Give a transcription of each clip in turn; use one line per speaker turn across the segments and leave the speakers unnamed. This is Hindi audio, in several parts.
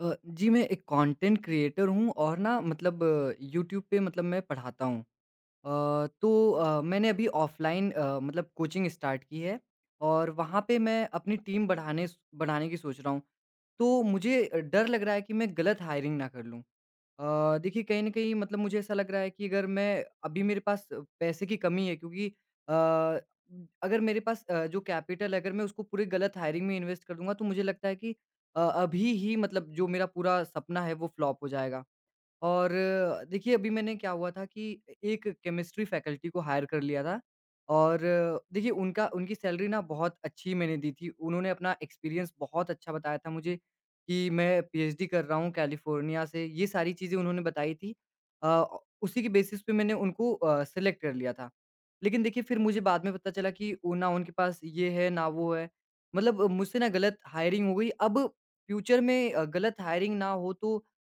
अ, जी, मैं एक कंटेंट क्रिएटर हूँ और ना मतलब यूट्यूब पे मतलब मैं पढ़ाता हूँ। तो मैंने अभी ऑफ़लाइन मतलब कोचिंग स्टार्ट की है और वहाँ पे मैं अपनी टीम बढ़ाने स बढ़ाने की सोच रहा हूँ। तो मुझे डर लग रहा है कि मैं गलत हायरिंग ना कर लूँ। देखिए कहीं न कहीं मतलब मुझे ऐसा लग रहा है कि अगर मैं अभी मेरे पास पैसे की कमी है क्योंकि अ, अगर मेरे पास जो कैपिटल है अगर मैं उसको पूरे गलत हायरिंग में इन्वेस्ट कर दूँगा तो मुझे लगता है कि अभी ही मतलब जो मेरा पूरा सपना है वो फ्लॉप हो जाएगा। और देखिए अभी मैंने क्या हुआ था कि एक केमिस्ट्री फैकल्टी को हायर कर लिया था और देखिए उनका उनकी सैलरी ना बहुत अच्छी मैंने दी थी उन्होंने अपना एक्सपीरियंस बहुत अच्छा बताया था मुझे कि मैं पीएचडी कर रहा हूँ कैलिफोर्निया से ये सारी चीज़ें उन्होंने बताई थी। अ, उसी के बेसिस पे मैंने उनको सेलेक्ट कर लिया था लेकिन देखिए फिर मुझे बाद में पता चला कि वो ना उनके पास ये है ना वो है मतलब मुझसे ना गलत हायरिंग हो गई। अब फ्यूचर में गलत हायरिंग ना हो तो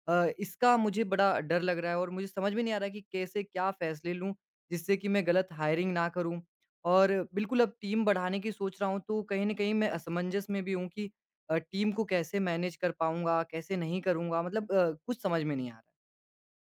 इसका मुझे बड़ा डर लग रहा है और मुझे समझ में नहीं आ रहा कि कैसे क्या फ़ैसले लूँ, जिससे कि मैं गलत हायरिंग ना करूँ। और बिल्कुल अब टीम बढ़ाने की सोच रहा हूँ, तो कहीं न कहीं मैं असमंजस में भी हूँ कि टीम को कैसे मैनेज कर पाऊँगा, कैसे नहीं करूँगा? मतलब कुछ समझ में नहीं आ रहा है।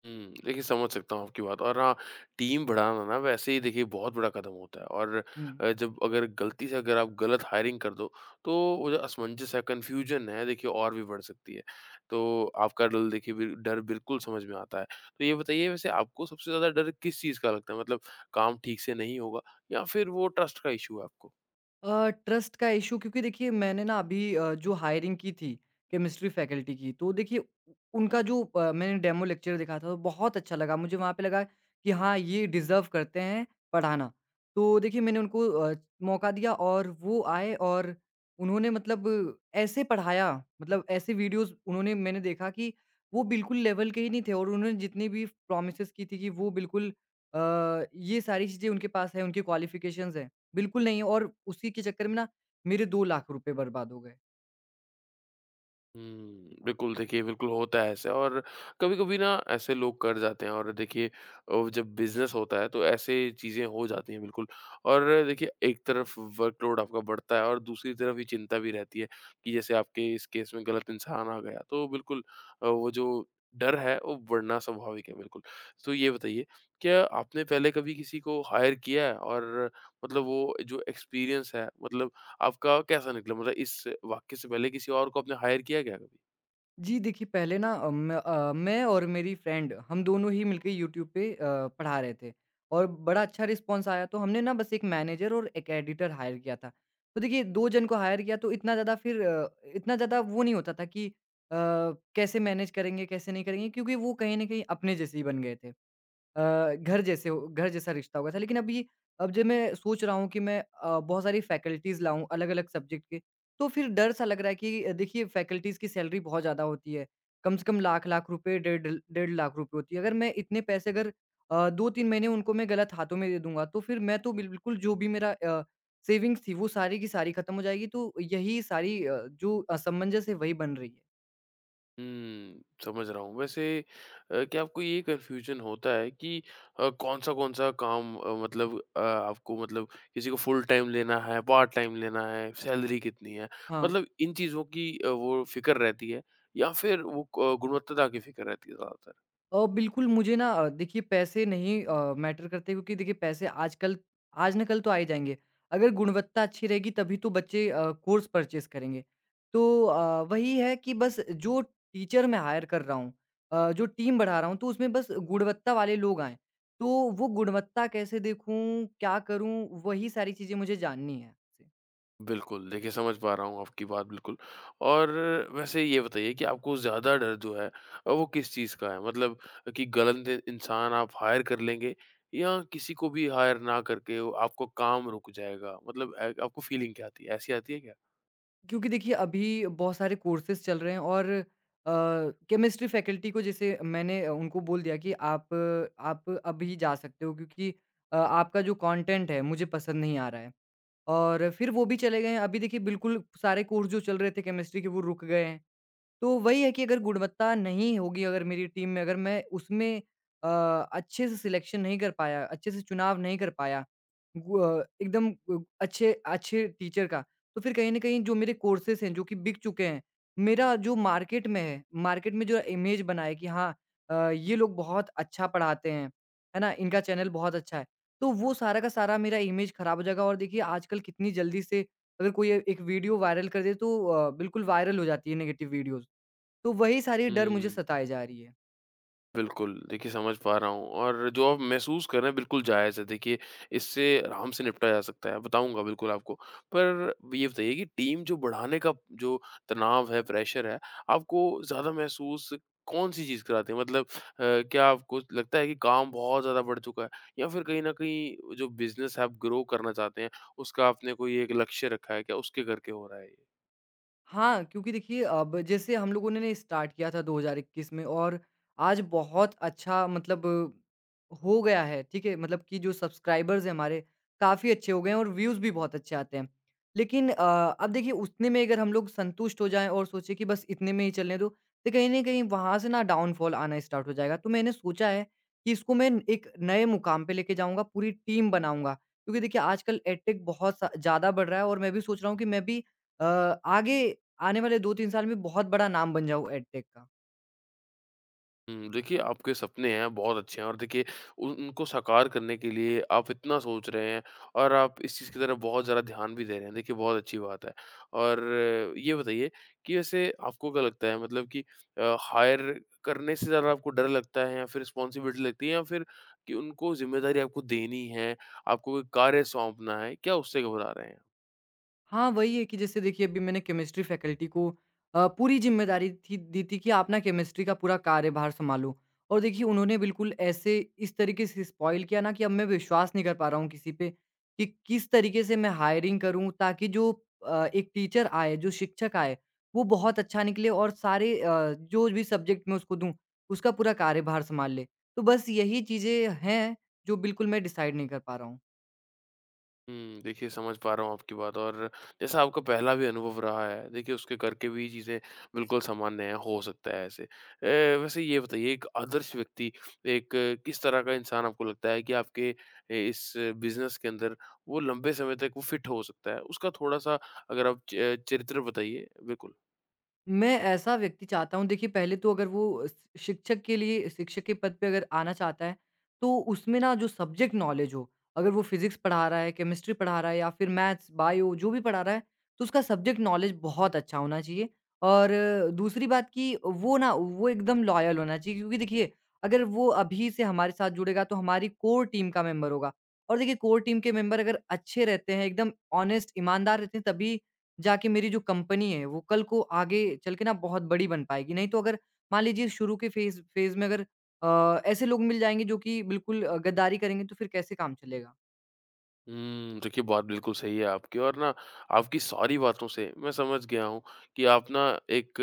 हुँ, देखिए समझ सकता हूँ आपकी बात। और हाँ, टीम बढ़ाना ना वैसे ही देखिए बहुत बड़ा कदम होता है। और
हुँ।
जब अगर गलती से अगर आप गलत हायरिंग कर दो, तो वो जो असमंजस है, कन्फ्यूजन है देखिए और भी बढ़ सकती है। तो आपका डल देखिए बिल डर बिल्कुल समझ में आता है। तो ये बताइए वैसे आपको सबसे ज़्यादा डर किस चीज़ का लगता है? मतलब काम ठीक से नहीं होगा या फिर वो ट्रस्ट का इश्यू है आपको?
ट्रस्ट का इश्यू क्योंकि देखिए मैंने ना अभी जो हायरिंग की थी केमिस्ट्री फैकल्टी की तो देखिए उनका जो मैंने डेमो लेक्चर देखा था वो बहुत अच्छा लगा मुझे। वहाँ पे लगा कि हाँ ये डिज़र्व करते हैं पढ़ाना। तो देखिए मैंने उनको मौका दिया और वो आए और उन्होंने मतलब ऐसे पढ़ाया, मतलब ऐसे वीडियोस उन्होंने मैंने देखा कि वो बिल्कुल लेवल के ही नहीं थे और उन्होंने जितनी भी प्रोमिस की थी कि वो बिल्कुल ये सारी चीज़ें उनके पास है उनकी क्वालिफिकेशंस हैं, बिल्कुल नहीं। और उसी के चक्कर में ना मेरे 2 लाख रुपए बर्बाद हो गए।
हुँ, बिल्कुल देखिए, बिल्कुल होता है ऐसे। और कभी-कभी ना ऐसे लोग कर जाते हैं। और देखिए जब बिज़नेस होता है तो ऐसे चीज़ें हो जाती हैं बिल्कुल। और देखिए एक तरफ वर्कलोड आपका बढ़ता है और दूसरी तरफ ये चिंता भी रहती है कि जैसे आपके इस केस में गलत इंसान आ गया, तो बिल्कुल वो जो डर है वो बढ़ना स्वाभाविक है बिल्कुल। तो ये बताइए, क्या आपने पहले कभी किसी को हायर किया है? और मतलब वो जो एक्सपीरियंस है मतलब आपका कैसा निकला? मतलब इस वाक्य से पहले किसी और को आपने हायर किया क्या कभी?
जी, देखिए पहले ना मैं और मेरी फ्रेंड हम दोनों ही मिलके यूट्यूब पे पढ़ा रहे थे और बड़ा अच्छा रिस्पॉन्स आया तो हमने ना बस एक मैनेजर और एक एडिटर हायर किया था। तो देखिए 2 जन को हायर किया तो इतना ज़्यादा फिर इतना ज़्यादा वो नहीं होता था कि कैसे मैनेज करेंगे, कैसे नहीं करेंगे क्योंकि वो कहीं न कहीं अपने जैसे ही बन गए थे। घर जैसा रिश्ता हो गया था। लेकिन अभी अब जब मैं सोच रहा हूँ कि मैं बहुत सारी फैकल्टीज़ लाऊँ अलग-अलग सब्जेक्ट के, तो फिर डर सा लग रहा है कि देखिए फैकल्टीज़ की सैलरी बहुत ज़्यादा होती है। कम से कम लाख-लाख रुपए, डेढ़ डेढ़ लाख रुपए होती है। अगर मैं इतने पैसे अगर 2-3 महीने उनको मैं गलत हाथों में दे दूँगा, तो फिर मैं तो बिल्कुल जो भी मेरा सेविंग्स थी, वो सारी की सारी खत्म हो जाएगी। तो यही सारी जो असमंजस है, वही बन रही है।
हुँ, समझ रहा हूँ। वैसे क्या आपको ये कन्फ्यूज़न होता है कि कौन सा काम मतलब आपको मतलब किसी को फुल टाइम लेना है, पार्ट टाइम लेना है, सैलरी कितनी है?
हाँ।
मतलब इन चीज़ों की वो फ़िक्र रहती है या फिर वो क गुणवत्ता की फ़िक्र रहती है ज़्यादातर?
बिल्कुल मुझे ना देखिए पैसे नहीं मैटर करते क्योंकि देखिए पैसे आजकल आज ना कल तो आ ही जाएँगे। अगर गुणवत्ता अच्छी रहेगी तभी तो बच्चे कोर्स परचेज़ करेंगे। तो वही है कि बस जो टीचर मैं हायर कर रहा हूँ, जो टीम बढ़ा रहा हूँ तो उसमें बस गुणवत्ता वाले लोग आएँ। तो वो गुणवत्ता कैसे देखूँ, क्या करूँ, वही सारी चीज़ें मुझे जाननी है।
बिल्कुल, देखिए समझ पा रहा हूँ आपकी बात बिल्कुल। और वैसे ये बताइए कि आपको ज़्यादा डर जो है वो किस चीज़ का है? मतलब कि गलत इ इंसान आप हायर कर लेंगे या किसी को भी हायर ना करके वो आपका काम रुक जाएगा? मतलब ए आपको फीलिंग क्या आती है? ऐसी आती है क्या?
क्योंकि देखिए अभी बहुत सारे कोर्सेज़ चल रहे हैं और अ, केमिस्ट्री फैकल्टी को जैसे मैंने उनको बोल दिया कि आप अभी जा सकते हो क्योंकि आपका जो कंटेंट है मुझे पसंद नहीं आ रहा है और फिर वो भी चले गए हैं। अभी देखिए बिल्कुल सारे कोर्स जो चल रहे थे केमिस्ट्री के वो रुक गए हैं। तो वही है कि अगर गुणवत्ता नहीं होगी, अगर मेरी टीम में अगर मैं उसमें अ, अच्छे से सिलेक्शन नहीं कर पाया, अच्छे से चुनाव नहीं कर पाया, एकदम अच्छे अच्छे टीचर का, तो फिर कहीं न कहीं जो मेरे कोर्सेज़ हैं, जो कि बिक चुके हैं, मेरा जो मार्केट में है, मार्केट में जो इमेज बना है कि हाँ ये लोग बहुत अच्छा पढ़ाते हैं, है ना? इनका चैनल बहुत अच्छा है, तो वो सारा का सारा मेरा इमेज खराब हो जाएगा। और देखिए आजकल कितनी जल्दी से अगर कोई एक वीडियो वायरल कर दे तो बिल्कुल वायरल हो जाती है नेगेटिव वीडियोज़। तो वही सारी डर मुझे
हुँ।
सताए जा रही है।
बिल्कुल, देखिए समझ पा रहा हूँ और जो आप महसूस कर रहे हैं बिल्कुल जायज़ है। देखिए इससे आराम से निपटा जा सकता है, बताऊँगा बिल्कुल आपको। पर ये बताइए कि टीम जो बढ़ाने का जो तनाव है, प्रेशर है, आपको ज़्यादा महसूस कौन-सी चीज़ कराती है? मतलब क्या आपको लगता है कि काम बहुत ज़्यादा बढ़ चुका है या फिर कहीं न कहीं जो बिज़नेस है आप ग्रो करना चाहते हैं, उसका आपने कोई एक लक्ष्य रखा है क्या? उसके करके हो रहा है ये?
हाँ, क्योंकि देखिए अब जैसे हम लोगों ने ना स्टार्ट किया था 2021 में और आज बहुत अच्छा मतलब हो गया है, ठीक है? मतलब कि जो सब्सक्राइबर्स हैं हमारे, काफ़ी अच्छे हो गए हैं और व्यूज़ भी बहुत अच्छे आते हैं। लेकिन अब देखिए उतने में अगर हम लोग संतुष्ट हो जाएँ और सोचें कि बस इतने में ही चलने दो, तो कहीं न कहीं वहाँ से ना डाउनफॉल आना स्टार्ट हो जाएगा। तो मैंने सोचा है कि इसको मैं एक नए मुकाम पे लेके जाऊँगा, पूरी टीम बनाऊँगा। क्योंकि देखिए आजकल एडटेक बहुत सा ज़्यादा बढ़ रहा है और मैं भी सोच रहा हूँ कि मैं भी अ, आगे आने वाले 2-3 साल में बहुत बड़ा नाम बन जाऊँ एडटेक का।
हुँ, देखिए आपके सपने हैं बहुत अच्छे हैं। और देखिए उन उनको साकार करने के लिए आप इतना सोच रहे हैं और आप इस चीज़ की तरफ बहुत ज़्यादा ध्यान भी दे रहे हैं। देखिए बहुत अच्छी बात है। और ये बताइए कि वैसे आपको क्या लगता है, मतलब कि हायर करने से ज़्यादा आपको डर लगता है या फिर रिस्पॉन्सिबिलिटी लगती है या फिर कि उनको ज़िम्मेदारी आपको देनी है, आपको कोई कार्य सौंपना है, क्या उससे घबरा रहे हैं?
हाँ, वही है कि जैसे देखिए अभी मैंने केमिस्ट्री फैकल्टी को पूरी ज़िम्मेदारी थी दी थी कि आप ना केमिस्ट्री का पूरा कार्यभार सँभालो। और देखिए उन्होंने बिल्कुल ऐसे इस तरीके से स्पॉइल किया ना कि अब मैं विश्वास नहीं कर पा रहा हूँ किसी पे, कि किस तरीके से मैं हायरिंग करूँ ताकि जो एक टीचर आए, जो शिक्षक आए, वो बहुत अच्छा निकले और सारे जो भी सब्जेक्ट मैं उसको दूँ, उसका पूरा कार्यभार सँभाल ले। तो बस यही चीज़ें हैं, जो बिल्कुल मैं डिसाइड नहीं कर पा रहा हूँ।
हुँ, देखिए समझ पा रहा हूँ आपकी बात। और जैसा आपका पहला भी अनुभव रहा है, देखिए उसके करके भी चीज़ें बिल्कुल सामान्य हैं, हो सकता है ऐसे। वैसे ये बताइए एक आदर्श व्यक्ति, एक किस तरह का इंसान आपको लगता है कि आपके इस बिज़नेस के अंदर वो लंबे समय तक वो फिट हो सकता है? उसका थोड़ा-सा अगर आप चरित्र बताइए? बिल्कुल।
मैं ऐसा व्यक्ति चाहता हूँ। देखिए पहले तो अगर वो स शिक्षक के लिए, शिक्षक के पद पे अगर आना चाहता है, तो उसमें ना जो सब्जेक्ट नॉलेज हो, अगर वो फिज़िक्स पढ़ा रहा है, केमिस्ट्री पढ़ा रहा है या फिर मैथ्स, बायो जो भी पढ़ा रहा है, तो उसका सब्जेक्ट नॉलेज बहुत अच्छा होना चाहिए। और दूसरी बात कि वो एकदम लॉयल होना चाहिए क्योंकि देखिए अगर वो अभी से हमारे साथ जुड़ेगा तो हमारी कोर टीम का मेंबर होगा। और देखिए कोर टीम के मेंबर अगर अच्छे रहते हैं, एकदम ऑनेस्ट ईमानदार रहते हैं तभी जाके मेरी जो कंपनी है वो कल को आगे चल के ना बहुत बड़ी बन पाएगी। नहीं तो अगर मान लीजिए शुरू के फेज़ फेज़ में अगर ऐसे लोग मिल जाएँगे जो कि बिल्कुल गद्दारी करेंगे तो फिर कैसे काम चलेगा?
हुँ, देखिए बात बिल्कुल सही है आपकी। और ना आपकी सारी बातों से मैं समझ गया हूँ कि आप ना एक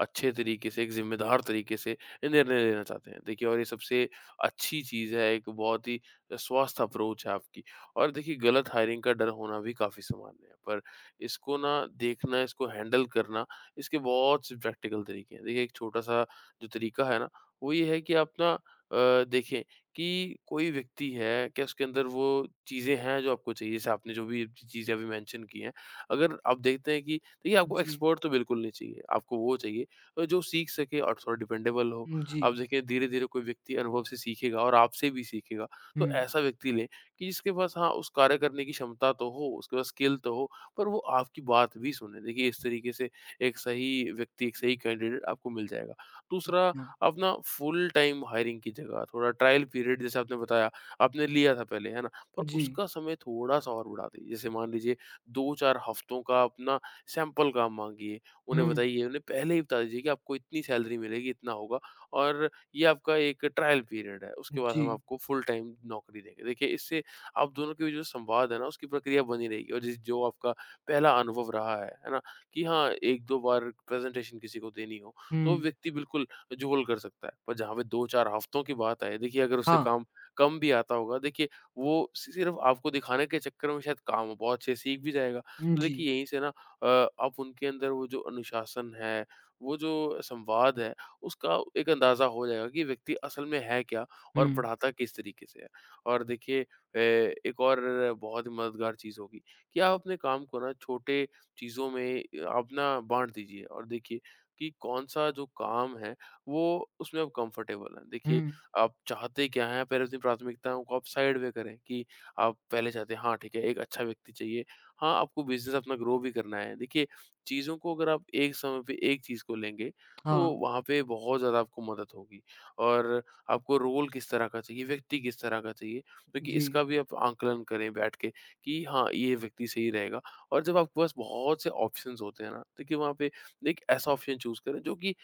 अच्छे तरीके से, एक ज़िम्मेदार तरीके से निर्णय लेना चाहते हैं। देखिए और ये सबसे अच्छी चीज़ है, एक बहुत ही स्वस्थ अप्रोच है आपकी। और देखिए गलत हायरिंग का डर होना भी काफ़ी सामान्य है, पर इसको ना देखना, इसको हैंडल करना, इसके बहुत से प्रैक्टिकल तरीके हैं। देखिए एक छोटा-सा जो तरीका है ना, वो ये है कि आप ना देखें कि कोई व्यक्ति है, क्या उसके अंदर वो चीज़ें हैं जो आपको चाहिए? जैसे आपने जो भी चीज़ें अभी मेंशन की हैं, अगर आप देखते हैं कि देखिए आपको
जी।
एक्सपर्ट तो बिल्कुल नहीं चाहिए, आपको वो चाहिए जो सीख सके और थोड़ा डिपेंडेबल हो।
हुँ, जी।
आप देखिए धीरे-धीरे कोई व्यक्ति अनुभव से सीखेगा और आपसे भी सीखेगा, तो
हुँ।
ऐसा व्यक्ति लें कि जिसके पास हाँ, उस कार्य करने की क्षमता तो हो, उसके पास स्किल तो हो, पर वो आपकी बात भी सुने। देखिए इस तरीके से एक सही व्यक्ति, एक सही कैंडिडेट आपको मिल जाएगा। दूसरा,
अच्छा।
अब ना फुल टाइम हायरिंग की जगह थोड़ा ट्रायल पीरियड जैसे आपने बताया, आपने लिया था पहले, है ना? पर
जी।
उसका समय थोड़ा-सा और बढ़ा दीजिए। जैसे मान लीजिए 2-4 हफ्तों का अपना सैंपल काम माँगिए, उन्हें
हुँ।
बताइए, उन्हें पहले ही बता दीजिए कि आपको इतनी सैलरी मिलेगी, इतना होगा और ये आपका एक ट्रायल पीरियड है, उसके बाद
जी।
हम आपको फुल टाइम नौकरी देंगे। देखिए, इससे आप दोनों के बीच जो संवाद है ना, उसकी प्रक्रिया बनी रहेगी। और जिस जो आपका पहला अनुभव रहा है ना? कि हाँ, 1-2 बार प्रेज़ेंटेशन किसी को देनी हो, तो वो
हुँ।
व्यक्ति बिल्कुल जुगल कर सकता है। पर जहाँ पे 2-4 हफ्तों की बात आए, देखिए अगर उसे
हाँ।
काम कम भी आता होगा, देखिए वो सिर्फ़ आपको दिखाने के चक्कर में शायद काम बहुत अच्छे से सीख भी जाएगा।
हुँ,
तो
जी।
देखिए यहीं से ना आप उनके अंदर वो जो अनुशासन है, वो जो संवाद है, उसका एक अंदाज़ा हो जाएगा कि व्यक्ति असल में है क्या और
हुँ।
पढ़ाता किस तरीके से है। और देखिए एक और बहुत ही मददगार चीज़ होगी कि आप अपने काम को ना छोटे चीज़ों में आप ना बाँट दीजिए और देखिए कि कौन-सा जो काम है वो उसमें आप कंफर्टेबल हैं। देखिए,
हुँ।
आप चाहते क्या हैं, पहले अपनी प्राथमिकताओं को आप साइड में करें कि आप पहले चाहते हैं हाँ, ठीक है, एक अच्छा व्यक्ति चाहिए। हाँ, आपको बिज़नेस अपना ग्रो भी करना है। देखिए, चीज़ों को अगर आप एक समय पे एक चीज़ को लेंगे, तो
हाँ।
वहाँ पे बहुत ज़्यादा आपको मदद होगी। और आपको रोल किस तरह का चाहिए, व्यक्ति किस तरह का चाहिए, क्योंकि
जी।
इसका भी आप आंकलन करें बैठ के कि हाँ, ये व्यक्ति सही रहेगा। और जब आपके पास बहुत से ऑप्शंस होते हैं ना, देखिए वहाँ पे एक ऐसा ऑप्शन चूज़ करें जो कि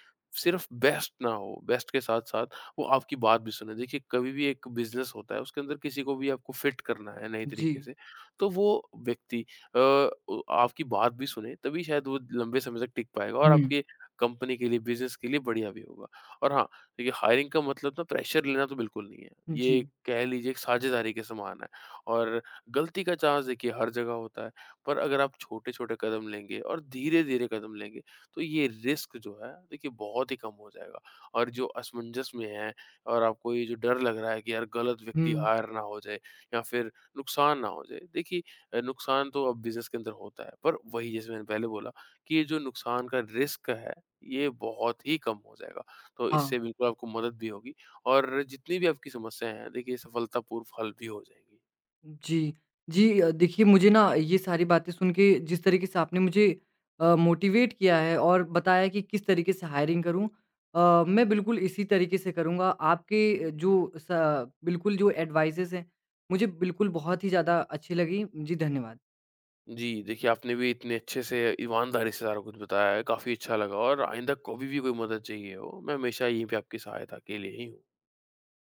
सिर्फ बेस्ट ना हो, बेस्ट के साथ-साथ वो आपकी बात भी सुने। देखिए, कभी भी एक बिज़नेस होता है, उसके अंदर किसी को भी आपको फिट करना है नए
जी।
तरीके से, तो वो व्यक्ति अ, उ आपकी बात भी सुने, तभी शायद वो लंबे समय तक टिक पाएगा और
हुँ।
आपके कंपनी के लिए, बिज़नेस के लिए बढ़िया भी होगा। और हाँ, देखिए हायरिंग का मतलब ना प्रेशर लेना तो बिल्कुल नहीं है।
जी।
ये कह लीजिए एक साझेदारी के समान है। और गलती का चांस देखिए हर जगह होता है, पर अगर आप छोटे-छोटे कदम लेंगे और धीरे-धीरे कदम लेंगे तो ये रिस्क जो है देखिए बहुत ही कम हो जाएगा। और जो असमंजस में है और आपको ये जो डर लग रहा है कि यार गलत व्यक्ति
हुँ।
हायर ना हो जाए या फिर नुकसान ना हो जाए, देखिए नुकसान तो अब बिजनेस के अंदर होता है, पर वही जैसे मैंने पहले बोला कि ये जो नुकसान का रिस्क है ये बहुत ही कम हो जाएगा, तो
हाँ।
इससे बिल्कुल आपको मदद भी होगी। और जितनी भी आपकी समस्याएं हैं देखिए सफलतापूर्व हल भी हो जाएंगी।
जी। जी, देखिए मुझे ना ये सारी बातें सुन के जिस तरीके से आपने मुझे मोटिवेट किया है और बताया कि किस तरीके से हायरिंग करूँ, मैं बिल्कुल इसी तरीके से करूँगा। आपके जो स बिल्कुल जो एडवाइसेज़ हैं, मुझे बिल्कुल बहुत ही ज़्यादा अच्छी लगी। जी, धन्यवाद।
जी, देखिए आपने भी इतने अच्छे से ईमानदारी से सारा कुछ बताया है, काफ़ी अच्छा लगा। और आइंदा कभी भी कोई मदद चाहिए हो, मैं हमेशा यहीं पे आपकी सहायता के लिए ही हूँ।